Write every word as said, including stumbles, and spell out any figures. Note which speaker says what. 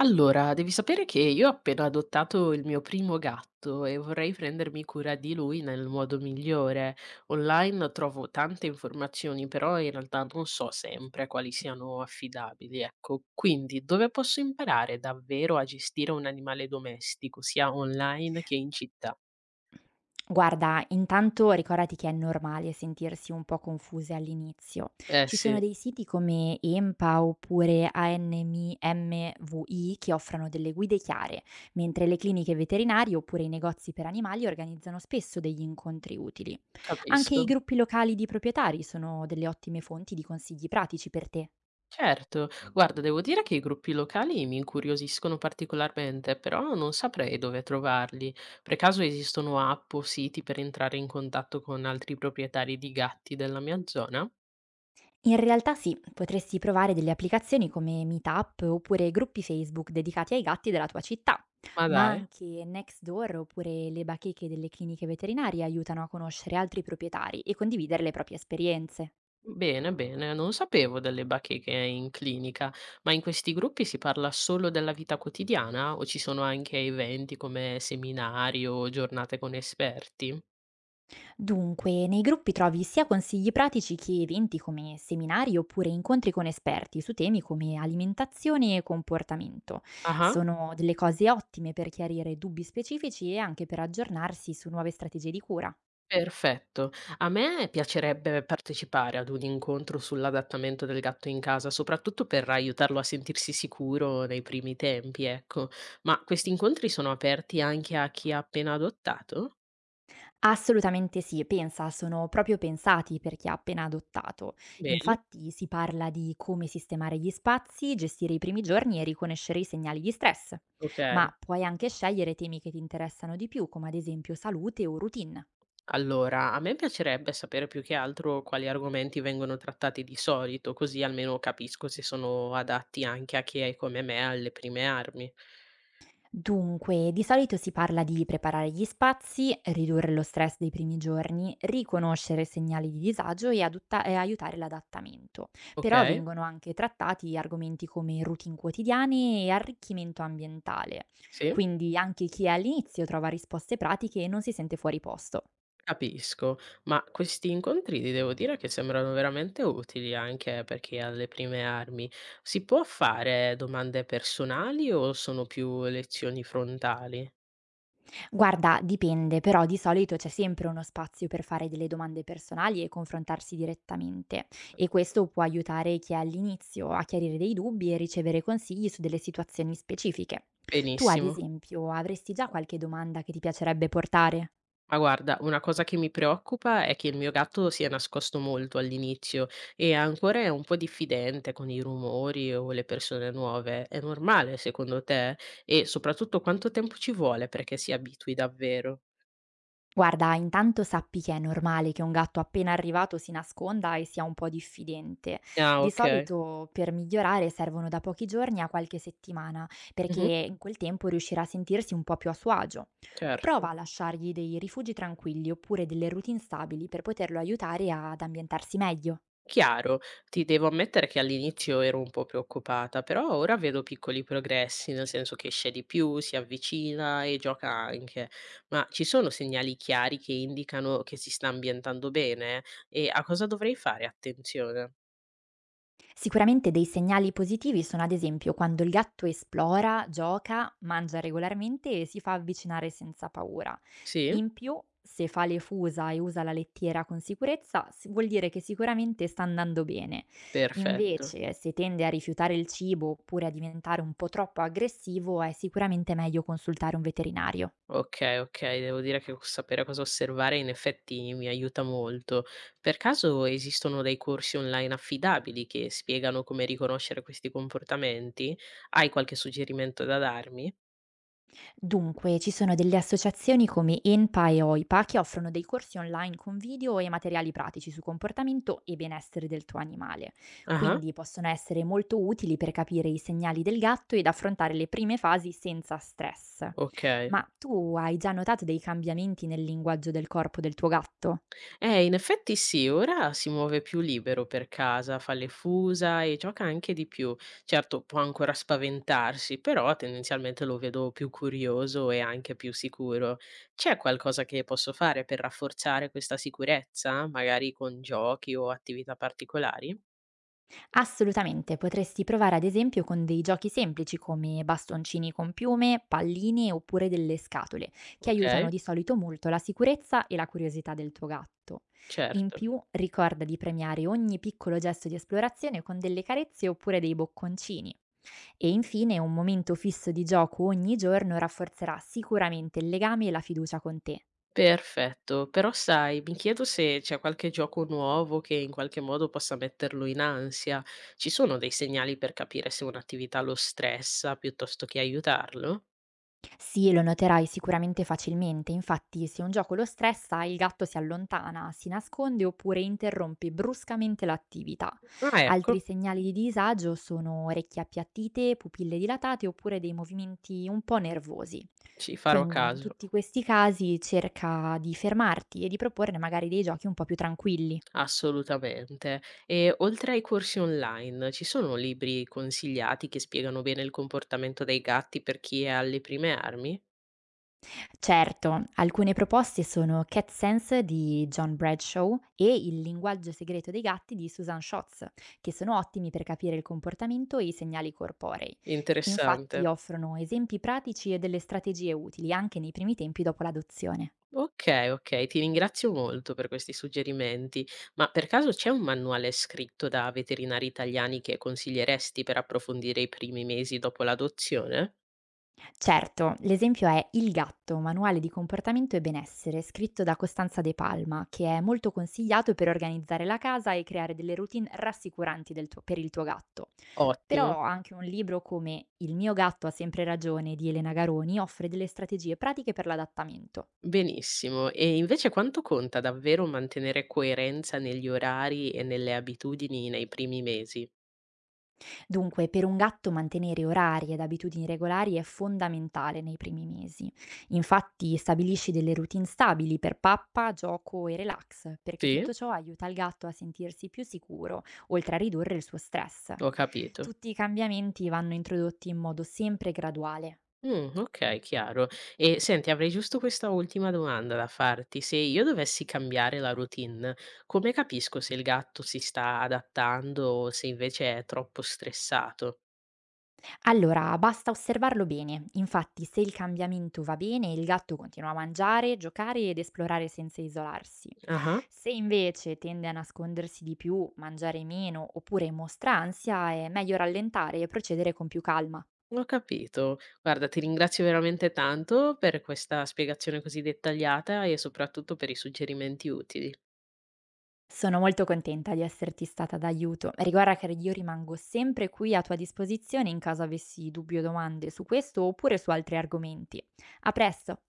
Speaker 1: Allora, devi sapere che io ho appena adottato il mio primo gatto e vorrei prendermi cura di lui nel modo migliore. Online trovo tante informazioni, però in realtà non so sempre quali siano affidabili, ecco. Quindi, dove posso imparare davvero a gestire un animale domestico, sia online che in città?
Speaker 2: Guarda, intanto ricordati che è normale sentirsi un po' confuse all'inizio.
Speaker 1: Eh
Speaker 2: Ci sono
Speaker 1: sì,
Speaker 2: dei siti come E M P A oppure A N M V I che offrono delle guide chiare, mentre le cliniche veterinarie oppure i negozi per animali organizzano spesso degli incontri utili. Anche i
Speaker 1: capisco.
Speaker 2: gruppi locali di proprietari sono delle ottime fonti di consigli pratici per te.
Speaker 1: Certo, guarda, devo dire che i gruppi locali mi incuriosiscono particolarmente, però non saprei dove trovarli. Per caso esistono app o siti per entrare in contatto con altri proprietari di gatti della mia zona?
Speaker 2: In realtà sì, potresti provare delle applicazioni come Meetup oppure gruppi Facebook dedicati ai gatti della tua città,
Speaker 1: Ma
Speaker 2: ma
Speaker 1: dai,
Speaker 2: anche Nextdoor oppure le bacheche delle cliniche veterinarie aiutano a conoscere altri proprietari e condividere le proprie esperienze.
Speaker 1: bene, bene, non sapevo delle bacheche in clinica, ma in questi gruppi si parla solo della vita quotidiana o ci sono anche eventi come seminari o giornate con esperti?
Speaker 2: Dunque, nei gruppi trovi sia consigli pratici che eventi come seminari oppure incontri con esperti su temi come alimentazione e comportamento.
Speaker 1: Ah.
Speaker 2: Sono delle cose ottime per chiarire dubbi specifici e anche per aggiornarsi su nuove strategie di cura.
Speaker 1: Perfetto. A me piacerebbe partecipare ad un incontro sull'adattamento del gatto in casa, soprattutto per aiutarlo a sentirsi sicuro nei primi tempi, ecco. Ma questi incontri sono aperti anche a chi ha appena adottato?
Speaker 2: Assolutamente sì, pensa, sono proprio pensati per chi ha appena adottato.
Speaker 1: Bene,
Speaker 2: Infatti si parla di come sistemare gli spazi, gestire i primi giorni e riconoscere i segnali di stress,
Speaker 1: ok.
Speaker 2: ma puoi anche scegliere temi che ti interessano di più, come ad esempio salute o routine.
Speaker 1: Allora, a me piacerebbe sapere più che altro quali argomenti vengono trattati di solito, così almeno capisco se sono adatti anche a chi è come me alle prime armi.
Speaker 2: Dunque, di solito si parla di preparare gli spazi, ridurre lo stress dei primi giorni, riconoscere segnali di disagio e, adotta- e aiutare l'adattamento. Però
Speaker 1: Ok?
Speaker 2: vengono anche trattati argomenti come routine quotidiane e arricchimento ambientale.
Speaker 1: Sì?
Speaker 2: Quindi anche chi è all'inizio trova risposte pratiche e non si sente fuori posto.
Speaker 1: Capisco, ma questi incontri ti devo dire che sembrano veramente utili anche per chi ha le prime armi. Si può fare domande personali o sono più lezioni frontali?
Speaker 2: Guarda, dipende, però di solito c'è sempre uno spazio per fare delle domande personali e confrontarsi direttamente e questo può aiutare chi è all'inizio a chiarire dei dubbi e ricevere consigli su delle situazioni specifiche. Tu, ad
Speaker 1: Benissimo.
Speaker 2: esempio, avresti già qualche domanda che ti piacerebbe portare?
Speaker 1: Ma guarda, una cosa che mi preoccupa è che il mio gatto si è nascosto molto all'inizio e ancora è un po' diffidente con i rumori o le persone nuove. È normale secondo te? E soprattutto quanto tempo ci vuole perché si abitui davvero?
Speaker 2: Guarda, intanto sappi che è normale che un gatto appena arrivato si nasconda e sia un po' diffidente.
Speaker 1: Ah,
Speaker 2: Di
Speaker 1: ok.
Speaker 2: solito per migliorare servono da pochi giorni a qualche settimana, perché
Speaker 1: Mhm,
Speaker 2: in quel tempo riuscirà a sentirsi un po' più a suo agio.
Speaker 1: certo.
Speaker 2: Prova a lasciargli dei rifugi tranquilli oppure delle routine stabili per poterlo aiutare ad ambientarsi meglio.
Speaker 1: Chiaro, ti devo ammettere che all'inizio ero un po' preoccupata, però ora vedo piccoli progressi, nel senso che esce di più, si avvicina e gioca anche. Ma ci sono segnali chiari che indicano che si sta ambientando bene? E a cosa dovrei fare attenzione?
Speaker 2: Sicuramente dei segnali positivi sono ad esempio quando il gatto esplora, gioca, mangia regolarmente e si fa avvicinare senza paura.
Speaker 1: Sì?
Speaker 2: In più, se fa le fusa e usa la lettiera con sicurezza, si- vuol dire che sicuramente sta andando bene.
Speaker 1: Perfetto.
Speaker 2: Invece, se tende a rifiutare il cibo oppure a diventare un po' troppo aggressivo, è sicuramente meglio consultare un veterinario.
Speaker 1: Okay, okay, devo dire che sapere cosa osservare in effetti mi aiuta molto. Per caso esistono dei corsi online affidabili che spiegano come riconoscere questi comportamenti? Hai qualche suggerimento da darmi?
Speaker 2: Dunque, ci sono delle associazioni come E N P A e O I P A che offrono dei corsi online con video e materiali pratici su comportamento e benessere del tuo animale.
Speaker 1: Ah-ah,
Speaker 2: Quindi possono essere molto utili per capire i segnali del gatto ed affrontare le prime fasi senza stress.
Speaker 1: okay.
Speaker 2: Ma tu hai già notato dei cambiamenti nel linguaggio del corpo del tuo gatto?
Speaker 1: Eh, in effetti sì, ora si muove più libero per casa, fa le fusa e gioca anche di più. Certo, può ancora spaventarsi, però tendenzialmente lo vedo più curioso e anche più sicuro. C'è qualcosa che posso fare per rafforzare questa sicurezza, magari con giochi o attività particolari?
Speaker 2: Assolutamente, potresti provare ad esempio con dei giochi semplici come bastoncini con piume, palline oppure delle scatole, che
Speaker 1: Ok,
Speaker 2: aiutano di solito molto la sicurezza e la curiosità del tuo gatto. In
Speaker 1: certo.
Speaker 2: più, ricorda di premiare ogni piccolo gesto di esplorazione con delle carezze oppure dei bocconcini. E infine, un momento fisso di gioco ogni giorno rafforzerà sicuramente il legame e la fiducia con te.
Speaker 1: Perfetto, però sai, mi chiedo se c'è qualche gioco nuovo che in qualche modo possa metterlo in ansia. Ci sono dei segnali per capire se un'attività lo stressa piuttosto che aiutarlo?
Speaker 2: Sì, lo noterai sicuramente facilmente. Infatti, se un gioco lo stressa, il gatto si allontana, si nasconde oppure interrompe bruscamente l'attività.
Speaker 1: Ah, ecco,
Speaker 2: Altri segnali di disagio sono orecchie appiattite, pupille dilatate oppure dei movimenti un po' nervosi.
Speaker 1: ci farò
Speaker 2: Quindi, in
Speaker 1: caso.
Speaker 2: tutti questi casi, cerca di fermarti e di proporne magari dei giochi un po' più tranquilli.
Speaker 1: Assolutamente. E oltre ai corsi online, ci sono libri consigliati che spiegano bene il comportamento dei gatti per chi è alle prime armi?
Speaker 2: Certo, alcune proposte sono Cat Sense di John Bradshaw e Il linguaggio segreto dei gatti di Susan Schotz, che sono ottimi per capire il comportamento e i segnali corporei.
Speaker 1: Interessante.
Speaker 2: Infatti offrono esempi pratici e delle strategie utili anche nei primi tempi dopo l'adozione.
Speaker 1: Okay, okay, ti ringrazio molto per questi suggerimenti. Ma per caso c'è un manuale scritto da veterinari italiani che consiglieresti per approfondire i primi mesi dopo l'adozione?
Speaker 2: Certo, l'esempio è Il gatto, manuale di comportamento e benessere, scritto da Costanza De Palma, che è molto consigliato per organizzare la casa e creare delle routine rassicuranti del tuo- per il tuo gatto.
Speaker 1: Ottimo,
Speaker 2: Però anche un libro come Il mio gatto ha sempre ragione di Elena Garoni offre delle strategie pratiche per l'adattamento.
Speaker 1: benissimo. E invece quanto conta davvero mantenere coerenza negli orari e nelle abitudini nei primi mesi?
Speaker 2: Dunque, per un gatto mantenere orari ed abitudini regolari è fondamentale nei primi mesi. Infatti, stabilisci delle routine stabili per pappa, gioco e relax, perché
Speaker 1: Sì,
Speaker 2: tutto ciò aiuta il gatto a sentirsi più sicuro, oltre a ridurre il suo stress.
Speaker 1: ho capito.
Speaker 2: Tutti i cambiamenti vanno introdotti in modo sempre graduale.
Speaker 1: Mh, okay, chiaro. E senti, avrei giusto questa ultima domanda da farti: se io dovessi cambiare la routine, come capisco se il gatto si sta adattando o se invece è troppo stressato?
Speaker 2: Allora, basta osservarlo bene. Infatti, se il cambiamento va bene, il gatto continua a mangiare, giocare ed esplorare senza isolarsi.
Speaker 1: Ah-ah,
Speaker 2: Se invece tende a nascondersi di più, mangiare meno oppure mostra ansia, è meglio rallentare e procedere con più calma.
Speaker 1: ho capito. Guarda, ti ringrazio veramente tanto per questa spiegazione così dettagliata e soprattutto per i suggerimenti utili.
Speaker 2: Sono molto contenta di esserti stata d'aiuto. Ricorda che io rimango sempre qui a tua disposizione in caso avessi dubbi o domande su questo oppure su altri argomenti. A presto!